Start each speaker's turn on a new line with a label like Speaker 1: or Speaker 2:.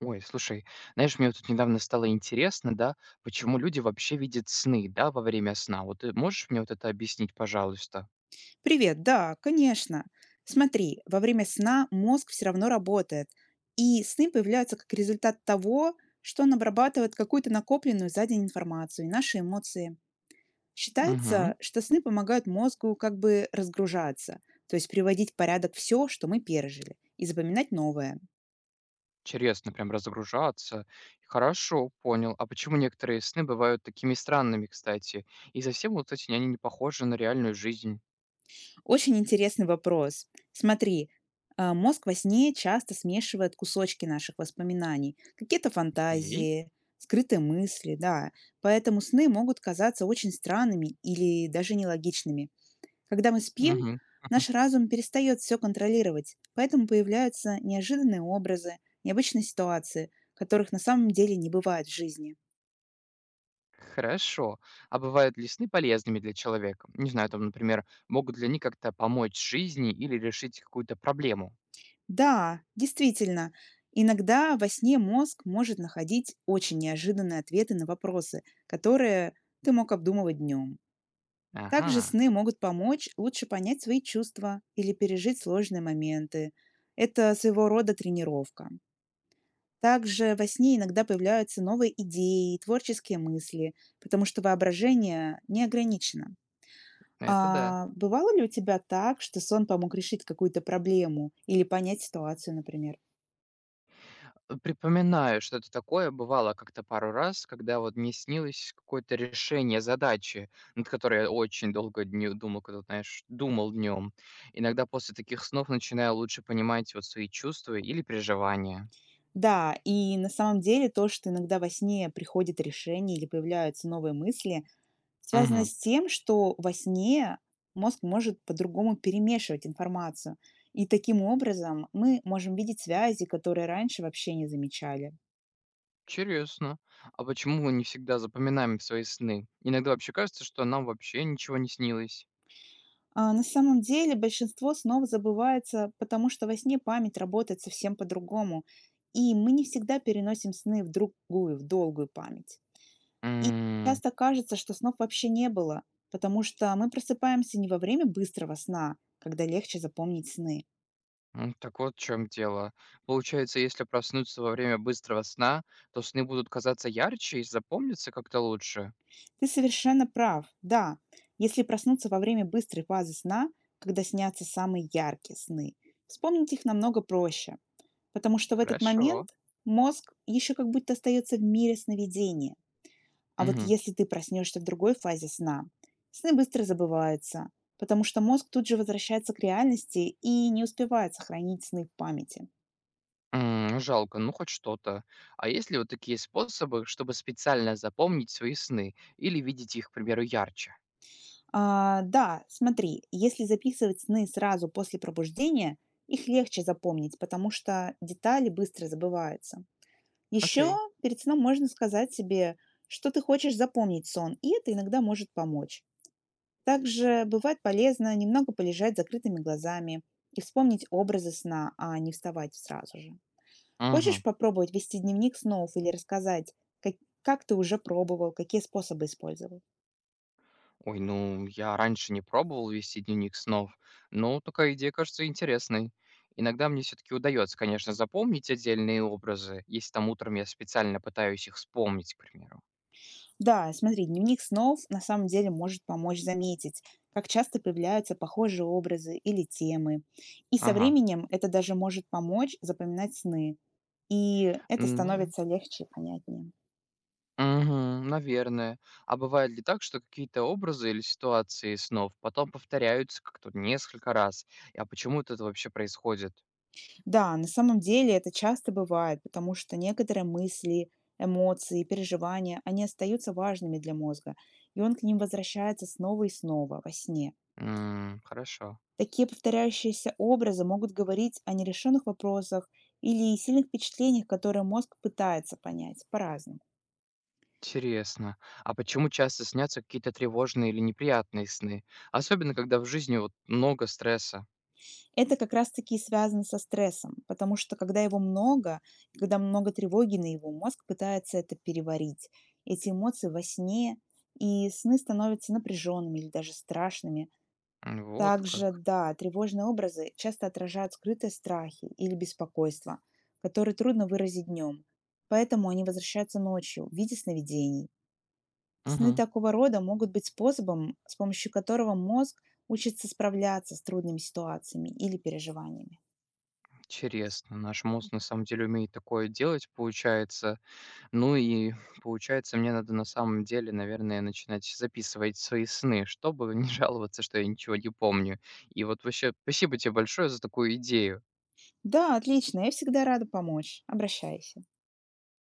Speaker 1: Ой, слушай, знаешь, мне вот тут недавно стало интересно, да, почему люди вообще видят сны, да, во время сна. Вот ты можешь мне вот это объяснить, пожалуйста?
Speaker 2: Привет, да, конечно. Смотри, во время сна мозг все равно работает, и сны появляются как результат того, что он обрабатывает какую-то накопленную за день информацию и наши эмоции.
Speaker 1: Угу.
Speaker 2: Считается, что сны помогают мозгу как бы разгружаться, то есть приводить в порядок все, что мы пережили, и запоминать новое.
Speaker 1: Интересно, прям разгружаться. Хорошо, понял. А почему некоторые сны бывают такими странными, кстати? И совсем вот эти они не похожи на реальную жизнь.
Speaker 2: Очень интересный вопрос. Смотри, мозг во сне часто смешивает кусочки наших воспоминаний, какие-то
Speaker 1: Окей.
Speaker 2: фантазии, скрытые мысли, да. Поэтому сны могут казаться очень странными или даже нелогичными. Когда мы спим,
Speaker 1: Угу.
Speaker 2: наш разум перестает все контролировать, поэтому появляются неожиданные образы, необычные ситуации, которых на самом деле не бывает в жизни.
Speaker 1: Хорошо. А бывают ли сны полезными для человека? Не знаю, там, например, могут ли они как-то помочь жизни или решить какую-то проблему?
Speaker 2: Да, действительно, иногда во сне мозг может находить очень неожиданные ответы на вопросы, которые ты мог обдумывать днем. Также
Speaker 1: Ага,
Speaker 2: сны могут помочь лучше понять свои чувства или пережить сложные моменты. Это своего рода тренировка. Также во сне иногда появляются новые идеи и творческие мысли, потому что воображение не ограничено.
Speaker 1: это да.
Speaker 2: А бывало ли у тебя так, что сон помог решить какую-то проблему или понять ситуацию, например?
Speaker 1: Припоминаю, что-то такое бывало как-то пару раз, когда вот мне снилось какое-то решение задачи, над которой я очень долго дню думал, когда, знаешь, думал днем. Иногда после таких снов начинаю лучше понимать вот свои чувства или переживания.
Speaker 2: Да, и на самом деле то, что иногда во сне приходит решение или появляются новые мысли, связано
Speaker 1: Угу.
Speaker 2: с тем, что во сне мозг может по-другому перемешивать информацию. И таким образом мы можем видеть связи, которые раньше вообще не замечали.
Speaker 1: Интересно. А почему мы не всегда запоминаем свои сны? Иногда вообще кажется, что нам вообще ничего не снилось.
Speaker 2: А на самом деле большинство снов забывается, потому что во сне память работает совсем по-другому, и мы не всегда переносим сны в другую, в долгую память. И часто кажется, что снов вообще не было, потому что мы просыпаемся не во время быстрого сна, когда легче запомнить сны.
Speaker 1: М, так вот в чем дело. Получается, если проснуться во время быстрого сна, то сны будут казаться ярче и запомнятся как-то лучше.
Speaker 2: Ты совершенно прав. Да, если проснуться во время быстрой фазы сна, когда снятся самые яркие сны, вспомнить их намного проще, потому что в этот
Speaker 1: Хорошо.
Speaker 2: момент мозг еще как будто остается в мире сновидения. А вот
Speaker 1: Мгм.
Speaker 2: если ты проснешься в другой фазе сна, сны быстро забываются, потому что мозг тут же возвращается к реальности и не успевает сохранить сны в памяти.
Speaker 1: М, жалко, ну хоть что-то. А есть ли вот такие способы, чтобы специально запомнить свои сны или видеть их, к примеру, ярче?
Speaker 2: Да, смотри, если записывать сны сразу после пробуждения, их легче запомнить, потому что детали быстро забываются. Еще
Speaker 1: Окей.
Speaker 2: перед сном можно сказать себе, что ты хочешь запомнить сон, и это иногда может помочь. Также бывает полезно немного полежать с закрытыми глазами и вспомнить образы сна, а не вставать сразу же. Хочешь
Speaker 1: Мгм.
Speaker 2: попробовать вести дневник снов или рассказать, как, как ты уже пробовал, какие способы использовал?
Speaker 1: Ой, ну я раньше не пробовал вести дневник снов, но такая идея кажется интересной. Иногда мне все-таки удается, конечно, запомнить отдельные образы, если там утром я специально пытаюсь их вспомнить, к примеру.
Speaker 2: Да, смотри, дневник снов на самом деле может помочь заметить, как часто появляются похожие образы или темы. И со
Speaker 1: Ага.
Speaker 2: временем это даже может помочь запоминать сны. И это
Speaker 1: Ну,
Speaker 2: становится легче и понятнее.
Speaker 1: мгм, наверное. А бывает ли так, что какие-то образы или ситуации снов потом повторяются как-то вот несколько раз? А почему это вообще происходит?
Speaker 2: Да, на самом деле это часто бывает, потому что некоторые мысли, эмоции, переживания, они остаются важными для мозга, и он к ним возвращается снова и снова во сне.
Speaker 1: М, хорошо.
Speaker 2: Такие повторяющиеся образы могут говорить о нерешенных вопросах или сильных впечатлениях, которые мозг пытается понять по-разному.
Speaker 1: Интересно. А почему часто снятся какие-то тревожные или неприятные сны? Особенно, когда в жизни вот много стресса.
Speaker 2: Это как раз-таки и связано со стрессом, потому что когда его много, когда много тревоги на его мозг пытается это переварить. Эти эмоции во сне, и сны становятся напряженными или даже страшными.
Speaker 1: М, вот
Speaker 2: Также,
Speaker 1: как.
Speaker 2: да, тревожные образы часто отражают скрытые страхи или беспокойство, которые трудно выразить днем. Поэтому они возвращаются ночью в виде сновидений. Сны
Speaker 1: Мгм.
Speaker 2: такого рода могут быть способом, с помощью которого мозг учится справляться с трудными ситуациями или переживаниями.
Speaker 1: Интересно. Наш мозг на самом деле умеет такое делать, получается. Ну и получается, мне надо на самом деле, наверное, начинать записывать свои сны, чтобы не жаловаться, что я ничего не помню. И вот вообще, спасибо тебе большое за такую идею.
Speaker 2: Да, отлично, я всегда рада помочь. Обращайся.